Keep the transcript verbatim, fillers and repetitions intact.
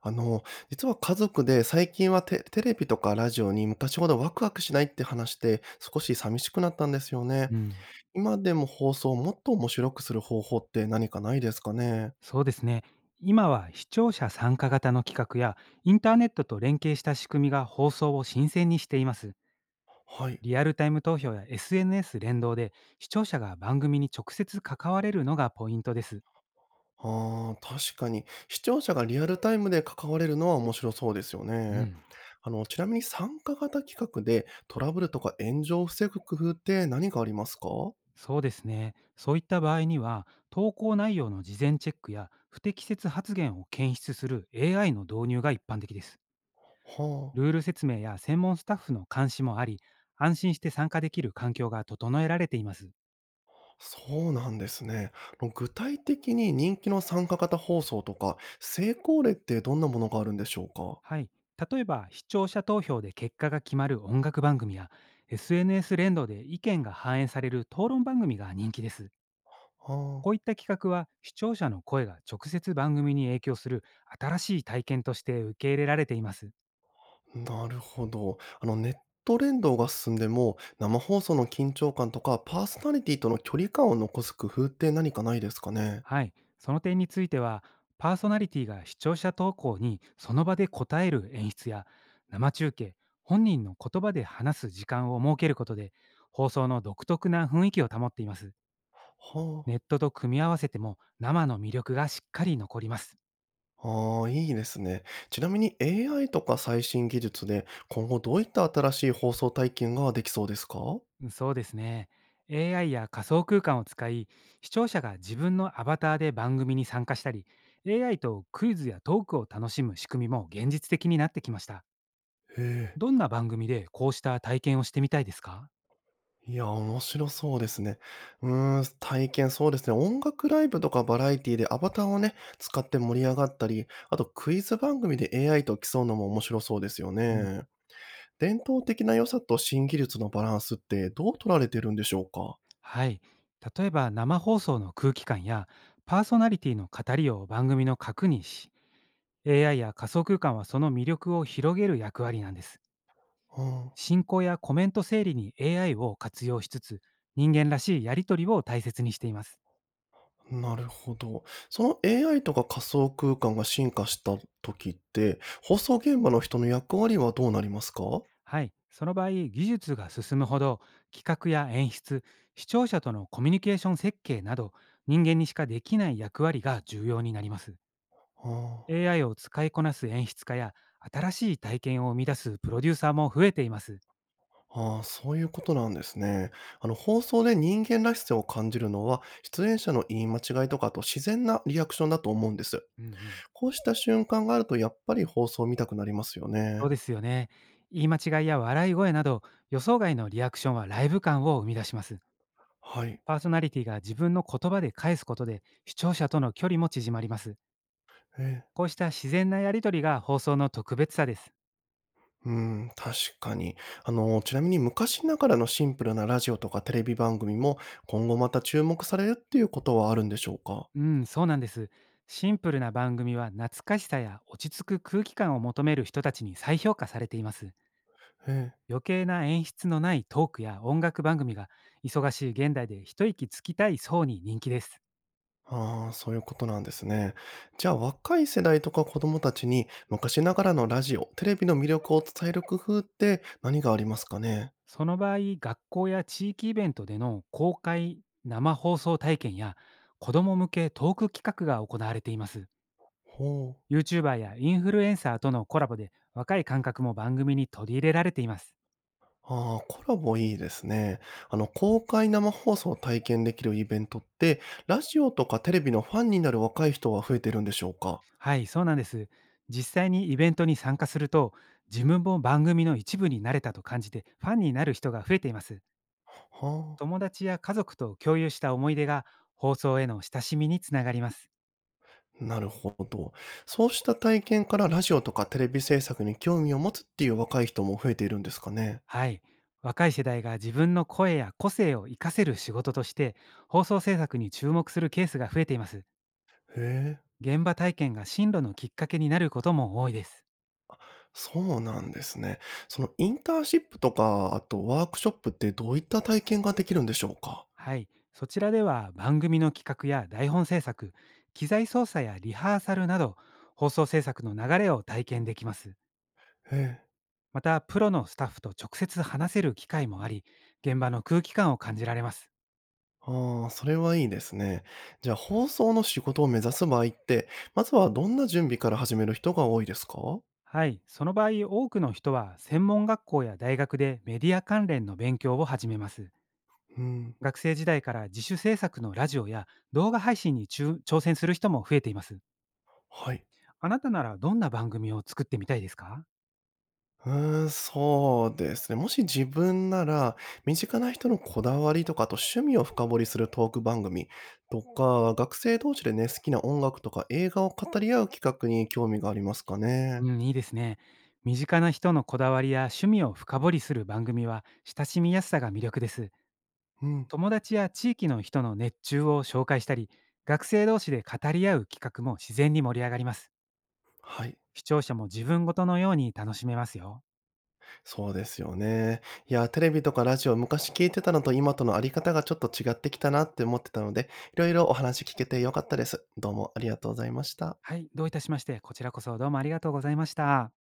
あの、実は家族で最近はテテレビとかラジオに昔ほどワクワクしないって話して少し寂しくなったんですよね。うん、今でも放送をもっと面白くする方法って何かないですかね。そうですね。今は視聴者参加型の企画やインターネットと連携した仕組みが放送を新鮮にしています。はい。リアルタイム投票や エスエヌエス 連動で視聴者が番組に直接関われるのがポイントです。ああ、確かに。視聴者がリアルタイムで関われるのは面白そうですようね。ん。あの、ちなみに参加型企画でトラブルとか炎上を防ぐ工夫って何がありますか。はそうですね。そういった場合には、投稿内容の事前チェックや不適切発言を検出する エーアイ の導入が一般的です。あ。ルール説明や専門スタッフの監視もあり、安心して参加できる環境が整えられています。そうなんですね。あの、具体的に人気の参加型放送とか、成功例ってどんなものがあるんでしょうか。はい。例えば、視聴者投票で結果が決まる音楽番組や、エスエヌエス 連動で意見が反映される討論番組が人気です。あこういった企画は、視聴者の声が直接番組に影響する新しい体験として受け入れられています。あ、なるほど。あの、ネット連動が進んでも、生放送の緊張感とか、パーソナリティとの距離感を残す工夫って何かないですかね。はい。その点については、パーソナリティが視聴者投稿にその場で答える演出や、生中継、本人の言葉で話す時間を設けることで、放送の独特な雰囲気を保っています。はネットと組み合わせても生の魅力がしっかり残ります。あ。ああ、いいですね。ちなみに エーアイ とか最新技術で、今後どういった新しい放送体験ができそうですか。そうですね。エーアイ や仮想空間を使い、視聴者が自分のアバターで番組に参加したり、エーアイ とクイズやトークを楽しむ仕組みも現実的になってきました。へえ。どんな番組でこうした体験をしてみたいですか？いや、面白そうですね。うーん、体験そうですね。音楽ライブとかバラエティでアバターをね、使って盛り上がったり、あとクイズ番組で エーアイ と競うのも面白そうですようん。ね。伝統的な良さと新技術のバランスってどう取られてるんでしょうか。はい。例えば、生放送の空気感やパーソナリティの語りを番組の核にし、エーアイ や仮想空間はその魅力を広げる役割なんです。進行やコメント整理に エーアイ を活用しつつ、人間らしいやり取りを大切にしています。うん、なるほど。その エーアイ とか仮想空間が進化した時って、放送現場の人の役割はどうなりますか。はい。その場合、技術が進むほど、企画や演出、視聴者とのコミュニケーション設計など、人間にしかできない役割が重要になります。あ エーアイ を使いこなす演出家や、新しい体験を生み出すプロデューサーも増えています。ああ、そういうことなんですね。あの、放送で人間らしさを感じるのは、出演者の言い間違いとか、あと自然なリアクションだと思うんです。うんうん。こうした瞬間があると、やっぱり放送を見たくなりますよそね。うですよね。言い間違いや笑い声など、予想外のリアクションはライブ感を生み出します。はい。パーソナリティが自分の言葉で返すことで、視聴者との距離も縮まります。え。こうした自然なやりとりが放送の特別さです。うん、確かに。あの、ちなみに昔ながらのシンプルなラジオとかテレビ番組も、今後また注目されるっていうことはあるんでしょうか。うん、そうなんです。シンプルな番組は、懐かしさや落ち着く空気感を求める人たちに再評価されています。ええ。余計な演出のないトークや音楽番組が、忙しい現代で一息つきたい層に人気です。ああ、そういうことなんですね。じゃあ若い世代とか子供たちに昔ながらのラジオ、テレビの魅力を伝える工夫って何がありますかね。その場合、学校や地域イベントでの公開生放送体験や、子ども向けトーク企画が行われています。ほう。ユーチューバー やインフルエンサーとのコラボで、若い感覚も番組に取り入れられています。ああ、コラボいいですね。あの、公開生放送を体験できるイベントって、ラジオとかテレビのファンになる若い人は増えてるんでしょうか。はい、そうなんです。実際にイベントに参加すると、自分も番組の一部になれたと感じて、ファンになる人が増えています。は友達や家族と共有した思い出が、放送への親しみにつながります。あ、なるほど。そうした体験からラジオとかテレビ制作に興味を持つっていう若い人も増えているんですかね。はい、若い世代が自分の声や個性を活かせる仕事として、放送制作に注目するケースが増えています。へえ。現場体験が進路のきっかけになることも多いです。そうなんですね。そのインターンシップとか、あとワークショップってどういった体験ができるんでしょうか？はい、そちらでは番組の企画や台本制作、機材操作やリハーサルなど、放送制作の流れを体験できます。ええ。また、プロのスタッフと直接話せる機会もあり、現場の空気感を感じられます。ああ、それはいいですね。じゃあ放送の仕事を目指す場合って、まずはどんな準備から始める人が多いですか？はい、その場合、多くの人は専門学校や大学でメディア関連の勉強を始めます。うん、学生時代から自主制作のラジオや動画配信に中挑戦する人も増えています。はい。あなたならどんな番組を作ってみたいですか？うーん、そうですね。もし自分なら、身近な人のこだわりとか、あと趣味を深掘りするトーク番組とか、学生同士でね、好きな音楽とか映画を語り合う企画に興味がありますかね。うん、いいですね。身近な人のこだわりや趣味を深掘りする番組は、親しみやすさが魅力です。うん。友達や地域の人の熱中を紹介したり、学生同士で語り合う企画も自然に盛り上がります。はい、視聴者も自分ごとのように楽しめますよ。そうですよね。いや、テレビとかラジオ、昔聞いてたのと今とのあり方がちょっと違ってきたなって思ってたので、いろいろお話聞けてよかったです。どうもありがとうございました。はい、どういたしまして。こちらこそどうもありがとうございました。